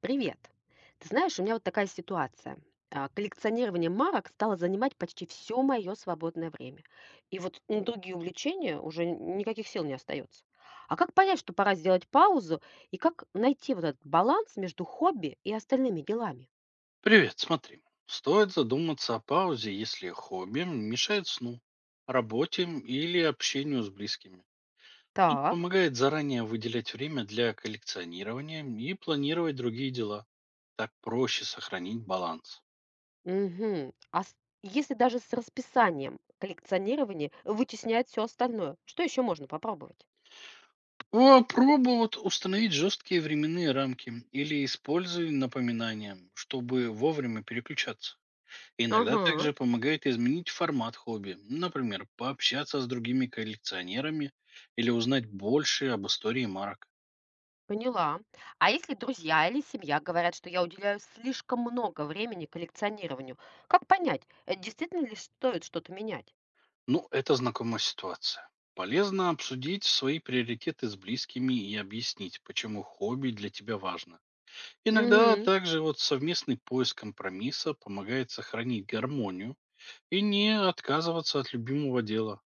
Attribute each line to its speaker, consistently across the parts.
Speaker 1: Привет. Ты знаешь, у меня вот такая ситуация. А, коллекционирование марок стало занимать почти все мое свободное время. И вот на другие увлечения уже никаких сил не остается. А как понять, что пора сделать паузу, и как найти вот этот баланс между хобби и остальными делами?
Speaker 2: Привет, смотри. Стоит задуматься о паузе, если хобби мешает сну, работе или общению с близкими. Тут
Speaker 1: Так.
Speaker 2: помогает заранее выделять время для коллекционирования и планировать другие дела. Так проще сохранить баланс.
Speaker 1: Мгм. А если даже с расписанием коллекционирование вытесняет все остальное, что еще можно попробовать?
Speaker 2: О, пробуй вот установить жесткие временные рамки или используй напоминания, чтобы вовремя переключаться. Иногда
Speaker 1: Ага.
Speaker 2: также помогает изменить формат хобби, например, пообщаться с другими коллекционерами или узнать больше об истории марок.
Speaker 1: Поняла. А если друзья или семья говорят, что я уделяю слишком много времени коллекционированию, как понять, действительно ли стоит что-то менять?
Speaker 2: Ну, это знакомая ситуация. Полезно обсудить свои приоритеты с близкими и объяснить, почему хобби для тебя важно. Иногда
Speaker 1: Угу,
Speaker 2: также вот совместный поиск компромисса помогает сохранить гармонию и не отказываться от любимого дела.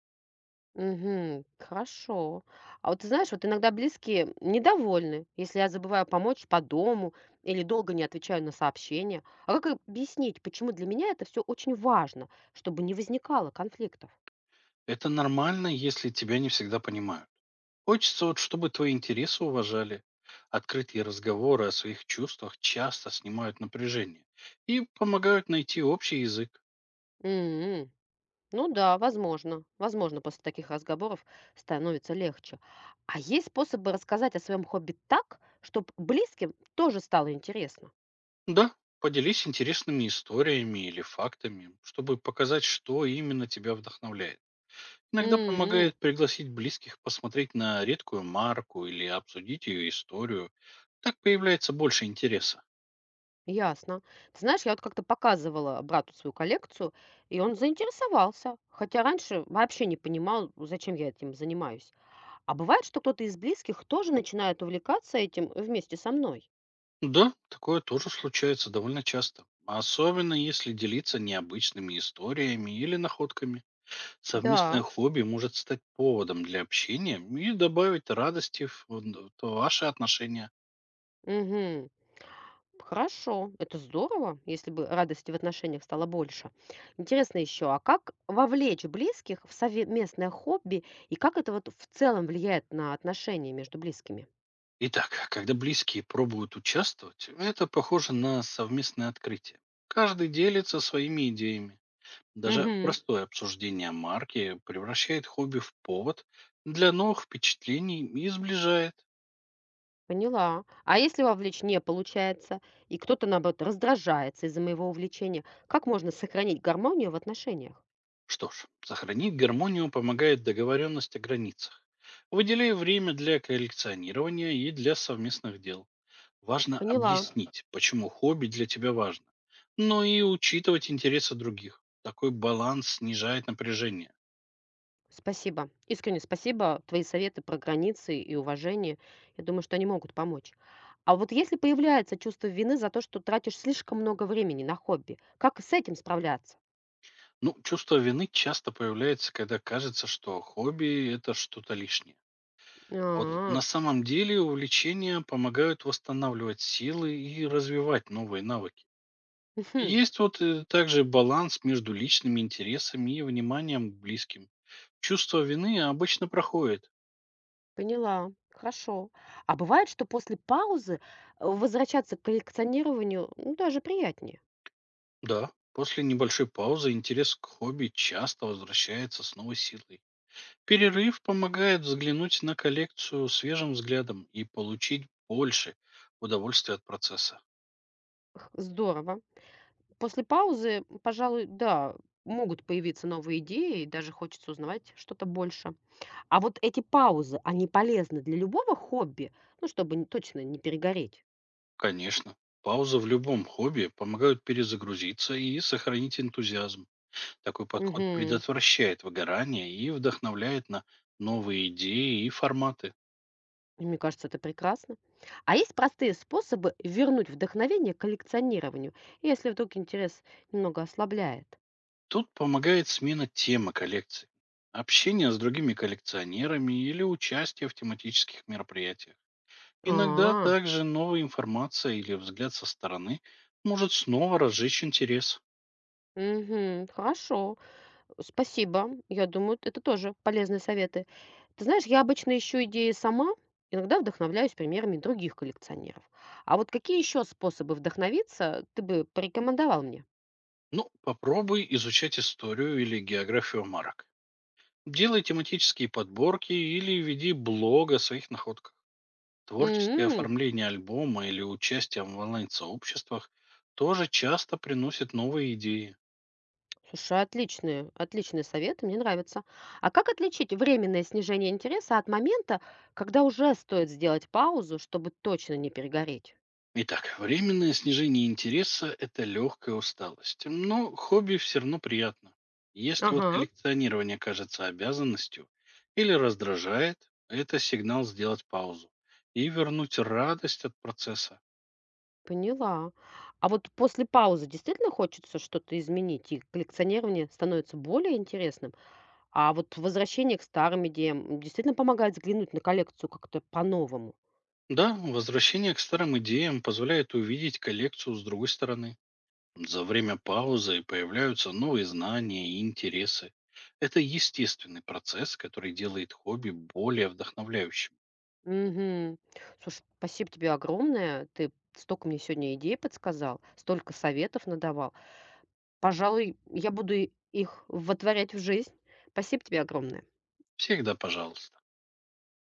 Speaker 1: угу, хорошо. А вот ты знаешь, вот иногда близкие недовольны, если я забываю помочь по дому или долго не отвечаю на сообщения. А как объяснить, почему для меня это все очень важно, чтобы не возникало конфликтов?
Speaker 2: Это нормально, если тебя не всегда понимают. Хочется вот, чтобы твои интересы уважали. Открытые разговоры о своих чувствах часто снимают напряжение и помогают найти общий язык.
Speaker 1: Угу. Ну да, возможно. Возможно, после таких разговоров становится легче. А есть способы рассказать о своем хобби так, чтобы близким тоже стало интересно?
Speaker 2: Да, поделись интересными историями или фактами, чтобы показать, что именно тебя вдохновляет. Иногда
Speaker 1: М,
Speaker 2: помогает пригласить близких посмотреть на редкую марку или обсудить ее историю. Так появляется больше интереса.
Speaker 1: ясно. Ты знаешь, я вот как-то показывала брату свою коллекцию, и он заинтересовался. Хотя раньше вообще не понимал, зачем я этим занимаюсь. А бывает, что кто-то из близких тоже начинает увлекаться этим вместе со мной.
Speaker 2: Да, такое тоже случается довольно часто. Особенно если делиться необычными историями или находками. Совместное
Speaker 1: Да.
Speaker 2: хобби может стать поводом для общения и добавить радости в то ваши отношения.
Speaker 1: Угу. Хорошо, это здорово, если бы радости в отношениях стало больше. Интересно еще, а как вовлечь близких в совместное хобби и как это вот в целом влияет на отношения между близкими?
Speaker 2: Итак, когда близкие пробуют участвовать, это похоже на совместное открытие. Каждый делится своими идеями. Даже
Speaker 1: Мгм.
Speaker 2: простое обсуждение марки превращает хобби в повод для новых впечатлений и сближает.
Speaker 1: Поняла. А если вовлечь не получается, и кто-то, наоборот, раздражается из-за моего увлечения, как можно сохранить гармонию в отношениях?
Speaker 2: Что ж, сохранить гармонию помогает договоренность о границах, выделяя время для коллекционирования и для совместных дел. Важно
Speaker 1: Поняла.
Speaker 2: объяснить, почему хобби для тебя важно, но и учитывать интересы других. Такой баланс снижает напряжение.
Speaker 1: Спасибо. Искренне спасибо. Твои советы про границы и уважение, я думаю, что они могут помочь. А вот если появляется чувство вины за то, что тратишь слишком много времени на хобби, как с этим справляться?
Speaker 2: Ну, чувство вины часто появляется, когда кажется, что хобби – это что-то лишнее. Вот на
Speaker 1: А,
Speaker 2: самом деле увлечения помогают восстанавливать силы и развивать новые навыки.
Speaker 1: мгм,
Speaker 2: Есть вот также баланс между личными интересами и вниманием к близким. Чувство вины обычно проходит.
Speaker 1: поняла. Хорошо. А бывает, что после паузы возвращаться к коллекционированию, ну, даже приятнее.
Speaker 2: Да, после небольшой паузы интерес к хобби часто возвращается с новой силой. Перерыв помогает взглянуть на коллекцию свежим взглядом и получить больше удовольствия от процесса.
Speaker 1: Здорово. После паузы, пожалуй, да, могут появиться новые идеи, и даже хочется узнавать что-то больше. А вот эти паузы, они полезны для любого хобби, ну, чтобы точно не перегореть.
Speaker 2: Конечно, паузы в любом хобби помогают перезагрузиться и сохранить энтузиазм. Такой подход
Speaker 1: Мгм.
Speaker 2: предотвращает выгорание и вдохновляет на новые идеи и форматы.
Speaker 1: И мне кажется, это прекрасно. А есть простые способы вернуть вдохновение к коллекционированию, если вдруг интерес немного ослабляет.
Speaker 2: Тут помогает смена темы коллекции, общение с другими коллекционерами или участие в тематических мероприятиях. Иногда
Speaker 1: А,
Speaker 2: также новая информация или взгляд со стороны может снова разжечь интерес.
Speaker 1: мгм, хорошо. Спасибо. Я думаю, это тоже полезные советы. Ты знаешь, я обычно ищу идеи сама, иногда вдохновляюсь примерами других коллекционеров. А вот какие еще способы вдохновиться ты бы порекомендовал мне?
Speaker 2: Ну, попробуй изучать историю или географию марок. Делай тематические подборки или веди блог о своих находках. Творческое
Speaker 1: М,
Speaker 2: оформление альбома или участие в онлайн-сообществах тоже часто приносит новые идеи.
Speaker 1: Слушай, отличные, отличные советы, мне нравится. А как отличить временное снижение интереса от момента, когда уже стоит сделать паузу, чтобы точно не перегореть?
Speaker 2: Итак, временное снижение интереса – это легкая усталость, но хобби все равно приятно. Если вот
Speaker 1: Ага.
Speaker 2: коллекционирование кажется обязанностью или раздражает, это сигнал сделать паузу и вернуть радость от процесса.
Speaker 1: Поняла. А вот после паузы действительно хочется что-то изменить, и коллекционирование становится более интересным, а вот возвращение к старым идеям действительно помогает взглянуть на коллекцию как-то по-новому.
Speaker 2: Да, возвращение к старым идеям позволяет увидеть коллекцию с другой стороны. За время паузы появляются новые знания и интересы. Это естественный процесс, который делает хобби более вдохновляющим.
Speaker 1: Мгм. Слушай, спасибо тебе огромное. Ты столько мне сегодня идей подсказал, столько советов надавал. Пожалуй, я буду их вотворять в жизнь. Спасибо тебе огромное.
Speaker 2: Всегда пожалуйста.